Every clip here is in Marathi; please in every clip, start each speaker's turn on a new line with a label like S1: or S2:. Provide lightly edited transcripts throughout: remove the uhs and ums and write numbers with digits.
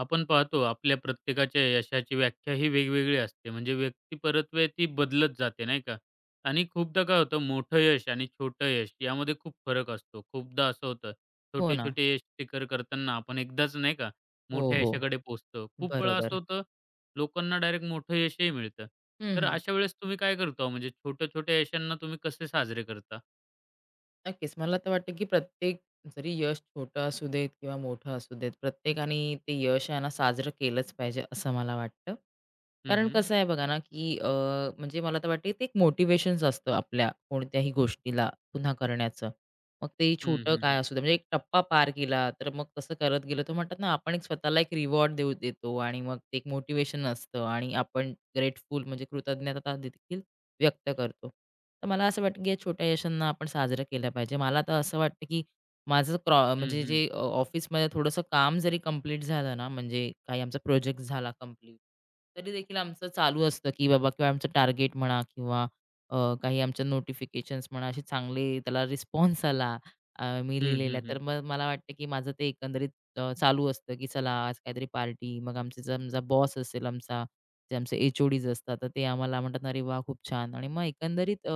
S1: आपण पाहतो आपल्या प्रत्येकाच्या यशाची व्याख्या ही वेगवेगळी असते. म्हणजे व्यक्तिपरत्वे ती बदलत जाते नाही का? आणि खूपदा काय होतं मोठं यश आणि छोटं यश यामध्ये खूप फरक असतो. खूपदा असं होतं
S2: हो ना.
S1: छोटे-छोटे यश शिखर करताना आपण एकदाच नाही का
S2: हो,
S1: मोठ्या
S2: हो.
S1: यशाकडे पोहोचतो. खूप वेळा असं
S2: बरोबर.
S1: होतं लोकांना डायरेक्ट मोठं यशही मिळतं.
S2: हं,
S1: तर
S2: हं.
S1: अशा वेळेस तुम्ही काय करता हो? म्हणजे छोट्या-छोट्या यशांना तुम्ही कसे साजरे करता?
S2: नक्कीच. मला तर वाटतं, की प्रत्येक जरी यश छोटं असू देत किंवा मोठं असू देत, प्रत्येकाने ते यश आहे ना साजरं केलंच पाहिजे, असं मला वाटतं.
S1: हं,
S2: कारण
S1: हं.
S2: कसं आहे बघा ना, की म्हणजे मला तर वाटतं, ते एक मोटिवेशन्स असतं आपल्या कोणत्याही गोष्टीला पुन्हा करण्याचं. मग ते
S1: हं,
S2: छोटं
S1: हं,
S2: काय
S1: हं.
S2: असू दे, म्हणजे एक टप्पा पार केला, तर मग तसं करत गेलो, तर म्हणतात ना, आपण एक स्वतःला एक रिवॉर्ड देऊ देतो आणि मग ते एक मोटिवेशन असतं आणि आपण ग्रेटफुल म्हणजे कृतज्ञता देखील व्यक्त करतो. तर मला असं वाटतं, की या छोट्या यशांना आपण साजरं केलं पाहिजे. मला तर असं वाटतं, की माझं क्रॉ
S1: हं,
S2: म्हणजे
S1: हं.
S2: जे ऑफिसमध्ये थोडंसं काम जरी कंप्लीट झालं ना, म्हणजे काही आमचा प्रोजेक्ट झाला कंप्लीट, तरी देखील आमचं चालू असतं, की बाबा किंवा आमचं टार्गेट म्हणा किंवा काही आमच्या नोटिफिकेशन्स म्हणा, असे चांगले त्याला रिस्पॉन्स आला मी
S1: हं,
S2: लिहिलेला,
S1: हं,
S2: तर
S1: हं.
S2: मग मला वाटतं, की माझं ते एकंदरीत चालू असतं, की चला आज काहीतरी पार्टी. मग आमचे समजा बॉस असेल आमचा जे आमचे एच-ओ-डीज असतात, तर ते आम्हाला म्हणतात, ना, "अरे वाह! खूप छान." आणि मग एकंदरीत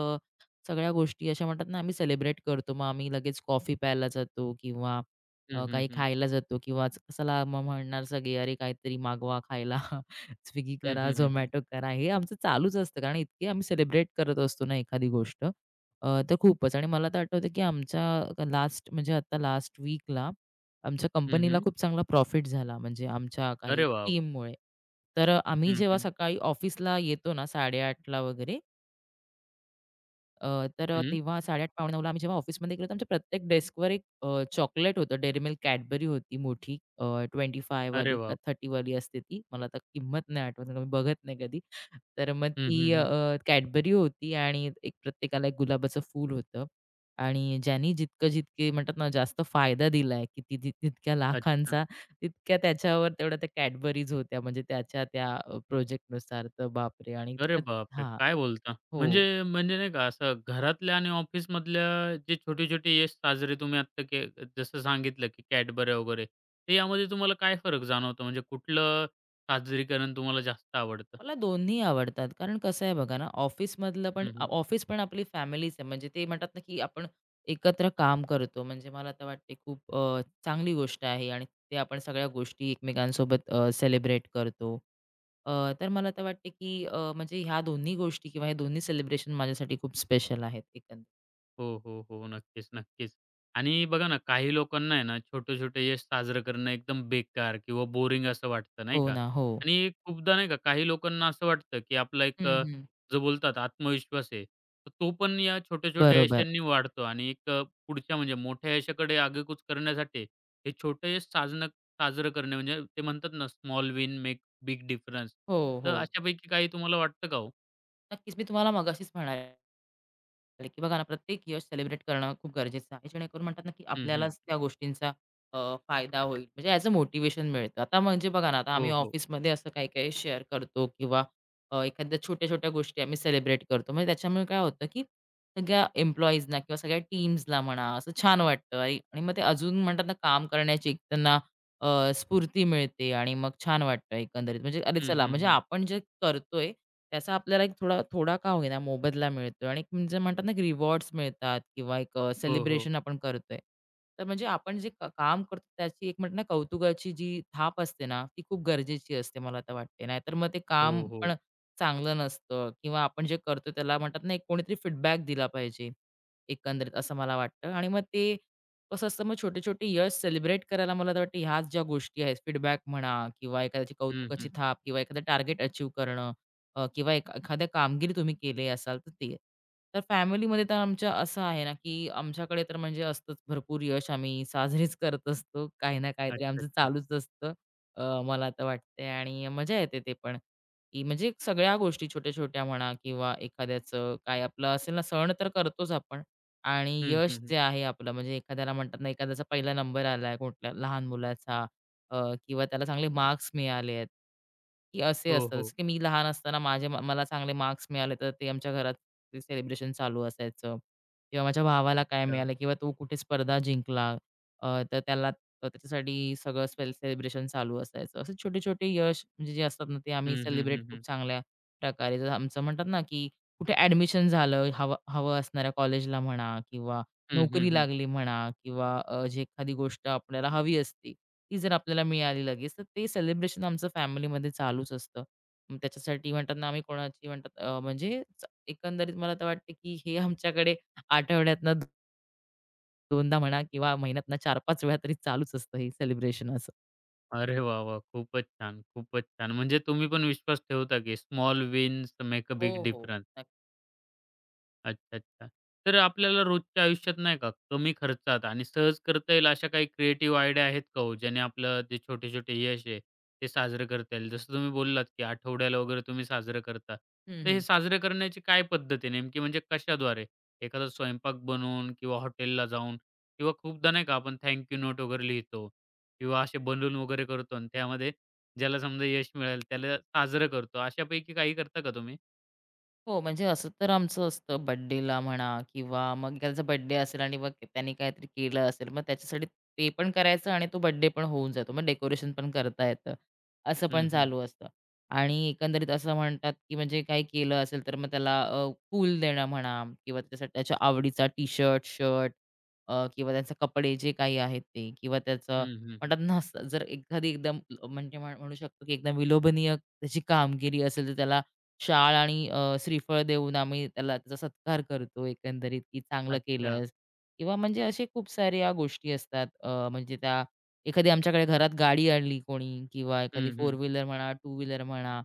S2: सगळ्या गोष्टी अशा म्हणतात ना, आम्ही सेलिब्रेट करतो. मग आम्ही लगेच कॉफी प्यायला जातो किंवा
S1: हं, हं,
S2: काही
S1: हं.
S2: खायला जातो किंवा चला मग म्हणणार सगळे, "अरे काहीतरी मागवा खायला, Swiggy
S1: हं,
S2: करा,
S1: हं, हं,
S2: Zomato करा." हे आमचं चालूच असतं कारण इतकी आम्ही सेलिब्रेट करत असतो ना एखादी गोष्ट, तर खूपच. आणि मला तर आठवतं, की आमच्या लास्ट म्हणजे आता लास्ट वीकला आमच्या कंपनीला खूप चांगला प्रॉफिट झाला म्हणजे आमच्या काही
S1: अरे वाह!
S2: टीममुळे. तर आम्ही
S1: हं,
S2: जेव्हा
S1: हं.
S2: सकाळी ऑफिसला येतो ना 8:30 ला वगैरे, अ,
S1: हं.
S2: तेव्हा 8:30-8:45ला आम्ही जेव्हा ऑफिसमध्ये गेलो, तर आमच्या प्रत्येक डेस्कवर एक चॉकलेट होतं. Dairy Milk Cadbury होती मोठी, 25
S1: अरे
S2: वाली का
S1: बाप!
S2: 30 वाली असते ती. मला आता किंमत नाही आठवत, कारण मी बघत नाही कधी. तर मग
S1: हं,
S2: ती
S1: हं, हं.
S2: Cadbury होती आणि एक प्रत्येकाला एक गुलाबाचं फूल होतं आणि ज्यांनी जितकं जितके म्हणतात ना, जास्त फायदा दिलाय, किती तितक्या
S1: अच्छा.
S2: लाखांचा, तितक्या त्याच्यावर तेवढ्या त्या Cadburys होत्या. म्हणजे त्याच्या त्या प्रोजेक्टनुसार. तर बापरे! आणि
S1: अरे
S2: त्यात
S1: बापरे!
S2: हां.
S1: काय बोलता? म्हणजे
S2: हो.
S1: म्हणजे नाही का असं घरातल्या आणि ऑफिसमधल्या जे छोटे-छोटे यश साजरे तुम्ही आत्ता जसं सांगितलं, की Cadbury वगैरे, तर यामध्ये तुम्हाला काय फरक जाणवतो? म्हणजे कुठलं साजरीकरण तुम्हाला जास्त आवडतं?
S2: मला दोन्ही आवडतात. कारण कसं आहे बघा ना, ऑफिसमधलं पण
S1: हं, हं.
S2: ऑफिस पण आपली फॅमिलीच आहे. म्हणजे ते म्हणतात ना, की आपण एकत्र काम करतो. म्हणजे मला तर वाटते खूप चांगली गोष्ट आहे आणि ते आपण सगळ्या गोष्टी एकमेकांसोबत सेलिब्रेट करतो. अ, तर मला तर वाटते, की म्हणजे ह्या दोन्ही गोष्टी किंवा हे दोन्ही सेलिब्रेशन माझ्यासाठी खूप स्पेशल आहेत एकंदरीत.
S1: हो, हो, हो. नक्कीच, नक्कीच. आणि बघा ना, काही लोकांना आहे ना, छोटे-छोटे यश साजरं करणं एकदम बेकार किंवा बोरिंग असं वाटतं, नाही
S2: हो
S1: का?
S2: ना. हो.
S1: आणि खूपदा नाही का, काही लोकांना असं वाटतं, की आपला एक
S2: हं, हं.
S1: जो बोलतात आत्मविश्वास आहे, तर तो पण या छोट्या-छोट्या
S2: बरोबर.
S1: यशांनी वाढतो आणि एक पुढच्या म्हणजे मोठ्या यशाकडे आगेकूच करण्यासाठी हे छोटं यश साजरं करणे म्हणजे ते म्हणतात ना, small win make big difference.
S2: हो,
S1: तर
S2: हो.
S1: अशापैकी काही तुम्हाला वाटतं का हो?
S2: नक्कीच. मी तुम्हाला मगाशीच म्हणाले आले, की बघा ना प्रत्येक यश सेलिब्रेट करणं खूप गरजेचं आहे. जेणेकरून म्हणतात ना, की
S1: हं, हं.
S2: आपल्यालाच त्या गोष्टींचा अ, फायदा होईल. म्हणजे ॲज अ मोटिव्हेशन मिळतं. आता म्हणजे बघा ना, आता आम्ही
S1: हो, हो.
S2: ऑफिसमध्ये असं काही-काही शेअर करतो किंवा एखाद्या छोट्या-छोट्या गोष्टी आम्ही सेलिब्रेट करतो. म्हणजे त्याच्यामुळे काय होतं, की सगळ्या एम्प्लॉईजना किंवा सगळ्या टीम्सला म्हणा, असं छान वाटतं आणि आणि मग ते अजून म्हणतात ना, काम करण्याची एक त्यांना स्फूर्ती मिळते आणि मग छान वाटतं एकंदरीत. म्हणजे अरे
S1: हं,
S2: चला,
S1: हं,
S2: म्हणजे
S1: हं.
S2: आपण जे करतोय त्याचा आपल्याला एक थोडा थोडा का होईना मोबदला मिळतोय आणि एक म्हणजे म्हणतात ना, की रिवॉर्ड्स मिळतात किंवा एक
S1: हो, हो.
S2: सेलिब्रेशन आपण करतोय. तर म्हणजे आपण जे काम करतो त्याची एक म्हणतात ना, कौतुकाची जी थाप असते ना, ती खूप गरजेची असते मला तर वाटते. नाहीतर मग ते
S1: हो,
S2: काम
S1: हो.
S2: पण चांगलं नसतं किंवा आपण जे करतो त्याला म्हणतात ना, एक कोणीतरी फीडबॅक दिला पाहिजे एकंदरीत असं मला वाटतं आणि मग ते कसं असतं मग छोटे-छोटे यश सेलिब्रेट करायला मला तर वाटतं ह्याच ज्या गोष्टी आहेत, फीडबॅक म्हणा किंवा एखाद्याची
S1: हं,
S2: कौतुकाची
S1: हं.
S2: थाप किंवा एखादं टार्गेट अचीव्ह करणं किंवा एखाद्या कामगिरी तुम्ही केले असाल तर ते. तर फॅमिलीमध्ये तर आमच्या असं आहे ना, की आमच्याकडे तर म्हणजे असतंच भरपूर यश आम्ही साजरीच करत असतो. काही ना काहीतरी
S1: अच्छा,
S2: आमचं
S1: अच्छा.
S2: चालूच असतं, मला तर वाटतंय आणि मजा येते ते पण, की म्हणजे सगळ्या गोष्टी छोट्या-छोट्या म्हणा किंवा एखाद्याचं काय आपलं असेल ना सण तर करतोच आपण. आणि
S1: हं,
S2: यश
S1: हं, हं.
S2: जे आहे आपलं म्हणजे एखाद्याला म्हणतात ना एखाद्याचा पहिला नंबर आलाय कुठल्या लहान मुलाचा किंवा त्याला चांगले मार्क्स मिळाले आहेत, की असे
S1: हो,
S2: असतात.
S1: हो.
S2: जसं की मी लहान असताना माझे मला चांगले मार्क्स मिळाले तर ते आमच्या घरात ते सेलिब्रेशन चालू असायचं किंवा माझ्या भावाला काय
S1: अच्छा.
S2: मिळालं किंवा तो कुठे स्पर्धा जिंकला, अ, तर त्याला तर त्याच्यासाठी सगळं सेलिब्रेशन चालू असायचं. असे छोटे-छोटे यश म्हणजे जे असतात ना ते आम्ही
S1: हं, हं,
S2: सेलिब्रेट
S1: हं,
S2: खूप
S1: हं.
S2: चांगल्या प्रकारे जसं आमचं म्हणतात ना की कुठे ॲडमिशन झालं हवं हवं असणाऱ्या कॉलेजला म्हणा किंवा
S1: हं, हं,
S2: नोकरी
S1: हं.
S2: लागली म्हणा किंवा जी एखादी गोष्ट आपल्याला हवी असते, ती जर आपल्याला मिळाली लगेच, तर ते सेलिब्रेशन आमचं फॅमिलीमध्ये चालूच असतं. मग त्याच्यासाठी म्हणतात ना, आम्ही कोणाची म्हणतात म्हणजे एकंदरीत मला तर वाटतं, की हे आमच्याकडे आठवड्यातनं 2दा म्हणा किंवा महिन्यातनं 4-5 वेळा तरी चालूच असतं हे सेलिब्रेशन असं.
S1: अरे वाह, वाह! खूपच छान, खूपच छान. म्हणजे तुम्ही पण विश्वास ठेवता की स्मॉल विन्स मेक अ
S2: हो,
S1: बिग
S2: हो.
S1: डिफरन्स.
S2: नक्की.
S1: अच्छा, अच्छा. तर आपल्याला रोजच्या आयुष्यात नाही का कमी खर्चात आणि सहज करता येईल अशा काही क्रिएटिव्ह आयडिया आहेत का हो? ज्याने आपलं जे छोटे-छोटे यश आहे, ते साजरं करता येईल. जसं तुम्ही बोललात, की आठवड्याला वगैरे तुम्ही साजरं करता.
S2: हं,
S1: तर हे
S2: हं.
S1: साजरे करण्याची काय पद्धत आहे नेमकी म्हणजे कशाद्वारे? एखादा स्वयंपाक बनवून किंवा हॉटेलला जाऊन किंवा खूपदा नाही का आपण थँक नोट वगैरे लिहितो किंवा असे बलून वगैरे करतो आणि त्यामध्ये ज्याला समजा यश मिळेल त्याला साजरं करतो. अशापैकी काही करता का तुम्ही?
S2: हो, म्हणजे असं तर आमचं असतं बर्थडेला म्हणा किंवा मग त्याचा बर्थडे असेल आणि मग त्याने काहीतरी केलं असेल, मग त्याच्यासाठी ते पण करायचं आणि तो बर्थडे पण होऊन जातो. मग डेकोरेशन पण करता येतं, असं पण
S1: हं, हं,
S2: चालू
S1: हं.
S2: असतं. आणि एकंदरीत असं म्हणतात, की म्हणजे काही केलं असेल तर मग त्याला देणं म्हणा किंवा त्याच्यासाठी त्याच्या आवडीचा टी-शर्ट, शर्ट शर्ट, किंवा त्याचे कपडे जे काही आहेत ते किंवा त्याचं
S1: हं, हं,
S2: म्हणतात ना, असं जर एखादी एकदम म्हणजे म्हणू शकतो, की एकदम विलोभनीय त्याची कामगिरी असेल, तर त्याला शाळ आणि श्रीफळ देऊन आम्ही त्याला त्याचा सत्कार करतो एकंदरीत, की चांगलं
S1: अच्छा.
S2: केलंस किंवा म्हणजे असे खूप साऱ्या गोष्टी असतात. म्हणजे त्या एखादी आमच्याकडे घरात गाडी आणली कोणी किंवा एखादी
S1: हं,
S2: फोर
S1: हं.
S2: व्हीलर म्हणा, टू व्हीलर म्हणा,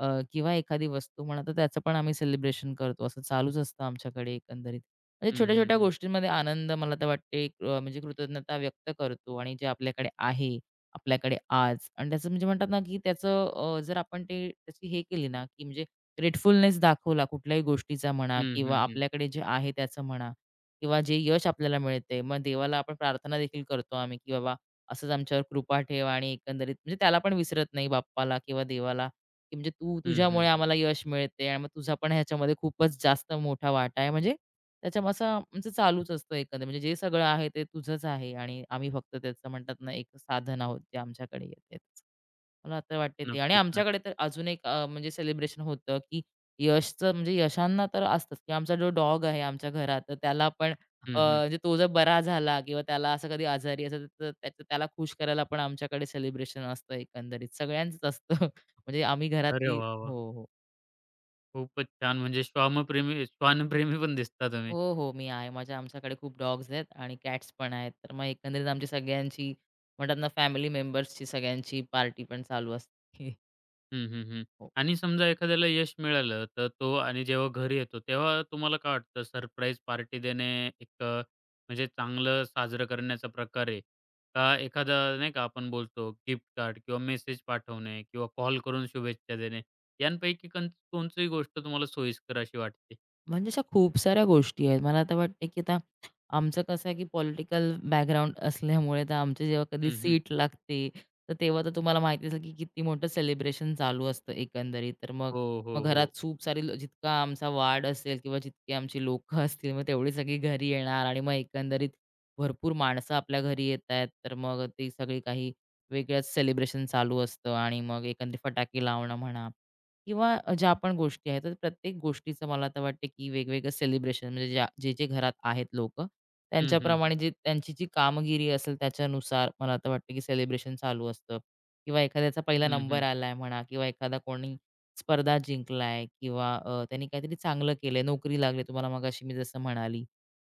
S2: अ, किंवा एखादी वस्तू म्हणा, तर त्याचं पण आम्ही सेलिब्रेशन करतो. असं चालूच असतं आमच्याकडे एकंदरीत. म्हणजे
S1: हं, हं,
S2: छोट्या-छोट्या
S1: हं.
S2: गोष्टींमध्ये आनंद मला तर वाटते एक, म्हणजे कृतज्ञता व्यक्त करतो आणि जे आपल्याकडे आहे, आपल्याकडे आज आणि त्याचं म्हणजे म्हणतात ना, की त्याचं जर आपण ते त्याची हे केली ना, की म्हणजे ग्रेटफुलनेस दाखवला कुठल्याही गोष्टीचा म्हणा
S1: हं,
S2: किंवा
S1: हं, हं.
S2: आपल्याकडे जे आहे त्याचं म्हणा किंवा जे यश आपल्याला मिळते, मग देवाला आपण प्रार्थना देखील करतो आम्ही, की बाबा असंच आमच्यावर कृपा ठेव आणि एकंदरीत म्हणजे त्याला पण विसरत नाही बाप्पाला किंवा देवाला, की म्हणजे तू
S1: हं,
S2: तुझ्यामुळे
S1: हं, हं.
S2: आम्हाला यश मिळते आणि मग तुझा पण ह्याच्यामध्ये खूपच जास्त मोठा वाटा आहे. म्हणजे त्याच्यामध्ये असं आमचं चालूच असतं एकंदर म्हणजे जे सगळं आहे ते तुझंच आहे आणि आम्ही फक्त त्याचं म्हणतात ना, एक साधन आहोत जे आमच्याकडे येते. मला तर वाटते ते आणि
S1: नक्कीच,
S2: आमच्याकडे
S1: नक्की.
S2: तर अजून एक म्हणजे सेलिब्रेशन होतं, की यशचं म्हणजे यशांना तर असतंच, की आमचा जो डॉग आहे आमच्या घरात, तर त्याला पण
S1: हं, हं.
S2: म्हणजे तो जर बरा झाला किंवा त्याला असं कधी आजारी असेल, तर त्याचं त्याला खुश करायला पण आमच्याकडे सेलिब्रेशन असतं एकंदरीत. सगळ्यांचंच असतं. म्हणजे आम्ही
S1: अरे
S2: घरातली
S1: वाह, वाह!
S2: हो, हो.
S1: खूपच छान. म्हणजे श्वानप्रेमी पण दिसता तुम्ही.
S2: हो, हो. मी आहे. माझ्या आमच्याकडे खूप डॉग्स आहेत आणि कॅट्स पण आहेत. तर मग एकंदरीत आमची सगळ्यांची म्हणतात ना, फॅमिली मेंबर्सची सगळ्यांची पार्टी पण चालू असते.
S1: हं, हं, हं. आणि समजा एखाद्याला यश मिळालं, तर तो आणि जेव्हा घरी येतो, तेव्हा तुम्हाला काय वाटतं सरप्राईज पार्टी देणे एक म्हणजे चांगलं साजरं करण्याचा प्रकार आहे? का एखादा नाही का आपण बोलतो गिफ्ट कार्ड किंवा मेसेज पाठवणे किंवा कॉल करून शुभेच्छा देणे, यांपैकी कोणतीही गोष्ट तुम्हाला सोयीस्कर अशी वाटते?
S2: म्हणजे अशा खूप साऱ्या गोष्टी आहेत. मला तर वाटते, की आता आमचं कसं आहे, की पॉलिटिकल बॅकग्राऊंड असल्यामुळे तर आमची जेव्हा कधी
S1: हं, हं.
S2: सीट लागते, तर तेव्हा तर तुम्हाला माहिती असेल, की किती मोठं सेलिब्रेशन चालू असतं एकंदरीत. तर मग
S1: हो,
S2: मग
S1: हो,
S2: घरात
S1: हो.
S2: खूप सारी जितका आमचा वार्ड असेल किंवा जितकी आमची लोकं असतील, मग तेवढी सगळी घरी येणार आणि मग एकंदरीत भरपूर माणसं आपल्या घरी येत आहेत. तर मग ती सगळी काही वेगळंच सेलिब्रेशन चालू असतं आणि मग एकंदरीत फटाके लावणं म्हणा किंवा ज्या पण गोष्टी आहेत, तर प्रत्येक गोष्टीचं मला तर वाटते, की वेगवेगळं सेलिब्रेशन म्हणजे ज्या जे-जे घरात आहेत लोक
S1: हं, हं, हं.
S2: त्यांच्याप्रमाणे जे त्यांची जी कामगिरी असेल त्याच्यानुसार मला तर वाटतं, की सेलिब्रेशन चालू असतं किंवा एखाद्याचा पहिला
S1: हं,
S2: नंबर
S1: हं.
S2: आलाय म्हणा किंवा एखादा कोणी स्पर्धा जिंकलाय किंवा त्यांनी काहीतरी चांगलं केलंय, नोकरी लागली तुम्हाला मगाशी मी जसं म्हणाली.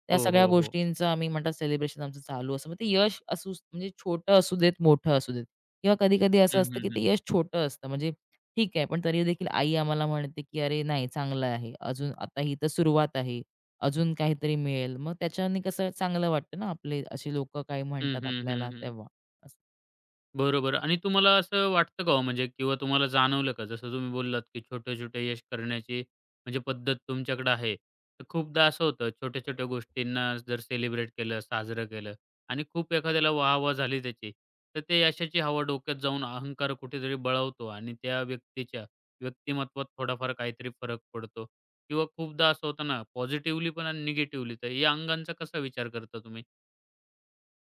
S2: त्या
S1: हो,
S2: सगळ्या
S1: हो, हो.
S2: गोष्टींचं आम्ही म्हणतात सेलिब्रेशन आमचं चालू असतं. मग ते यश असू म्हणजे छोटं असू देत, मोठं असू देत किंवा कधी-कधी असं
S1: हं,
S2: असतं,
S1: हं,
S2: की ते
S1: हं.
S2: यश छोटं असतं म्हणजे ठीक आहे. पण तरी देखील आई आम्हाला म्हणते, की "अरे नाही चांगलं आहे. अजून आता ही तर सुरुवात आहे. अजून काहीतरी मिळेल." मग त्याच्याने कसं चांगलं वाटतं ना, आपले असे लोकं काही
S1: हं,
S2: म्हणतात
S1: हं, हं,
S2: आपल्याला
S1: हं.
S2: तेव्हा. असं.
S1: बरोबर आणि तुम्हाला असं वाटतं का हो म्हणजे किंवा तुम्हाला जाणवलं का? जसं तुम्ही बोललात, की छोटे-छोटे यश करण्याची म्हणजे पद्धत तुमच्याकडे आहे. तर खूपदा असं होतं छोट्या-छोट्या गोष्टींना जर सेलिब्रेट केलं, साजरं केलं आणि खूप एखाद्याला वाह झाली त्याची, तर ते यशाची हवा डोक्यात जाऊन अहंकार कुठेतरी बळावतो आणि त्या व्यक्तीच्या व्यक्तिमत्त्वात थोडाफार काहीतरी फरक पडतो किंवा खूपदा असं होतं ना पॉझिटिव्हली पण आणि निगेटिव्हली. तर या अंगांचा कसा विचार करता तुम्ही?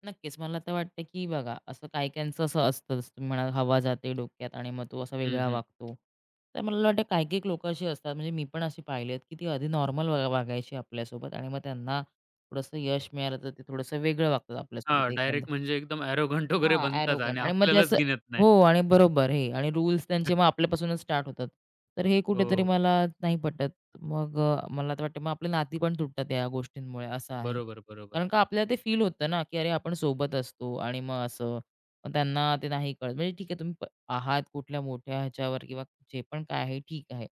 S2: नक्कीच मला तर वाटतं, की बघा असं काही-काहींचं असं असतं, जसं तुम्ही म्हणाल हवा जाते डोक्यात आणि मग तो असा वेगळा
S1: हं,
S2: वागतो. तर मला वाटतं काही-काही लोकं अशी असतात, म्हणजे मी पण अशी पाहिली की ती आधी नॉर्मल वागायची आपल्यासोबत आणि मग त्यांना थोडंसं यश मिळालं, तर ते थोडंसं वेगळं वागतात आपल्यासोबत
S1: हां,
S2: एखादं
S1: डायरेक्ट म्हणजे एकदम ॲरोगंट वगैरे
S2: हां,
S1: बनतात
S2: ॲरोगंट
S1: आणि
S2: आणि मग ते
S1: आपल्यालाच
S2: असं
S1: गिनत नाही.
S2: हो आणि बरोबर हे आणि रूल्स त्यांचे मग आपल्यापासूनच स्टार्ट होतात. तर हे
S1: हो,
S2: कुठेतरी मला नाही पटत. मग मला तर वाटतं मग आपली नाती पण तुटतात या गोष्टींमुळे असं आहे.
S1: बरोबर, बरोबर.
S2: कारण का आपल्याला ते फील होतं ना, की अरे आपण सोबत असतो आणि मग असं. मग त्यांना ते नाही कळत. म्हणजे ठीक आहे तुम्ही आहात कुठल्या मोठ्या ह्याच्यावर किंवा जे पण काय आहे ठीक आहे.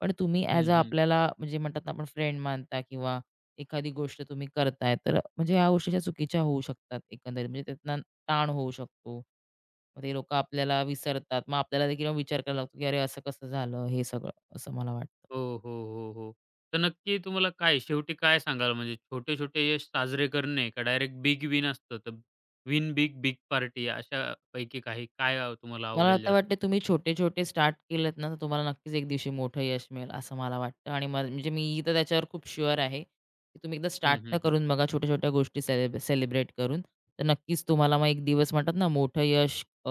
S2: पण तुम्ही ॲज
S1: हं,
S2: अ
S1: हं.
S2: आपल्याला म्हणजे म्हणतात ना आपण फ्रेंड मानता किंवा एखादी गोष्ट तुम्ही करताय तर म्हणजे ह्या गोष्टी चुकीच्या होऊ शकतात एकंदरीत. म्हणजे त्यातनं ताण होऊ शकतो. मग ते लोकं आपल्याला विसरतात. मग आपल्याला देखील विचार करायला लागतो, की "अरे, असं कसं झालं?" हे सगळं असं मला वाटतं.
S1: हो, हो, हो, हो. तर नक्की तुम्हाला काय शेवटी काय सांगाल म्हणजे छोटे-छोटे यश साजरे करणे का डायरेक्ट बिग विन असतं, तर विन बिग, बिग पार्टी अशापैकी काही काय तुम्हाला
S2: मला
S1: आवडेल
S2: आता
S1: जास्त?
S2: वाटतं तुम्ही छोटे-छोटे स्टार्ट केलेत ना, तर तुम्हाला नक्कीच एक दिवशी मोठं यश मिळेल असं मला वाटतं आणि मला म्हणजे मी तर त्याच्यावर खूप शुअर आहे, की तुम्ही एकदा स्टार्ट
S1: हं,
S2: तर
S1: हं, हं.
S2: करून बघा छोट्या-छोट्या गोष्टी सेलिब्रेट करून. तर नक्कीच तुम्हाला मग एक दिवस म्हणतात ना, मोठं यश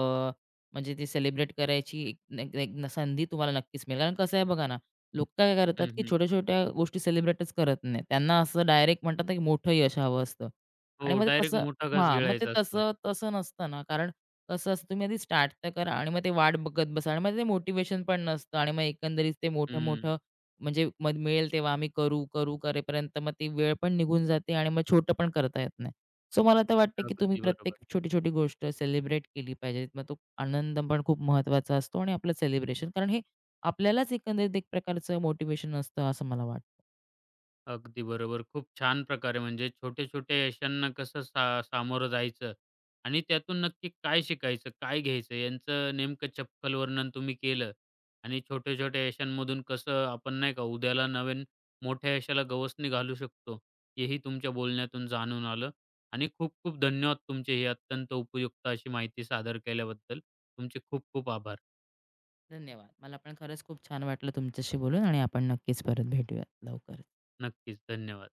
S2: म्हणजे ते सेलिब्रेट करायची एक एक एक संधी तुम्हाला नक्कीच मिळेल. कारण कसं आहे बघा ना, लोक काय करतात,
S1: हं,
S2: की
S1: हं.
S2: छोट्या-छोट्या गोष्टी सेलिब्रेटच करत नाही. त्यांना असं डायरेक्ट म्हणतात ना, की मोठं यश हवं असतं आणि
S1: हो,
S2: मग ते
S1: डायरेक्ट
S2: तसं
S1: मोठा घास
S2: हां, मग ते
S1: गिळायचा असतो.
S2: तसं तसं नसतं ना, कारण कसं असतं तुम्ही आधी स्टार्ट तर करा आणि मग ते वाट बघत बसा आणि मग ते मोटिवेशन पण नसतं आणि मग एकंदरीत ते
S1: हं,
S2: मोठं-मोठं म्हणजे मग मिळेल तेव्हा आम्ही करू, करेपर्यंत मग ती वेळ पण निघून जाते आणि मग छोटं पण करता येत नाही. सो मला तर वाटतं की तुम्ही
S1: अगदी बरोबर.
S2: प्रत्येक छोटी-छोटी गोष्ट सेलिब्रेट केली पाहिजे. मग तो आनंद पण खूप महत्त्वाचा असतो आणि आपलं सेलिब्रेशन कारण हे आपल्यालाच एकंदरीत एक प्रकारचं मोटिवेशन असतं असं मला वाटतं.
S1: अगदी बरोबर. खूप छान प्रकारे म्हणजे छोटे-छोटे यशांना कसं सामोरं जायचं आणि त्यातून नक्की काय शिकायचं, काय घ्यायचं यांचं नेमकं चपखल वर्णन तुम्ही केलं आणि छोट्या-छोट्या यशांमधून कसं आपण नाही का उद्याला नवीन मोठ्या यशाला गवसणी घालू शकतो, हेही तुमच्या बोलण्यातून जाणून आलं आणि खूप-खूप धन्यवाद तुमचे ही अत्यंत उपयुक्त अशी माहिती सादर केल्याबद्दल. तुमचे खूप-खूप आभार.
S2: धन्यवाद. मला पण खरंच खूप छान वाटलं तुमच्याशी बोलून आणि आपण नक्कीच परत भेटूयात लवकर.
S1: नक्कीच. धन्यवाद.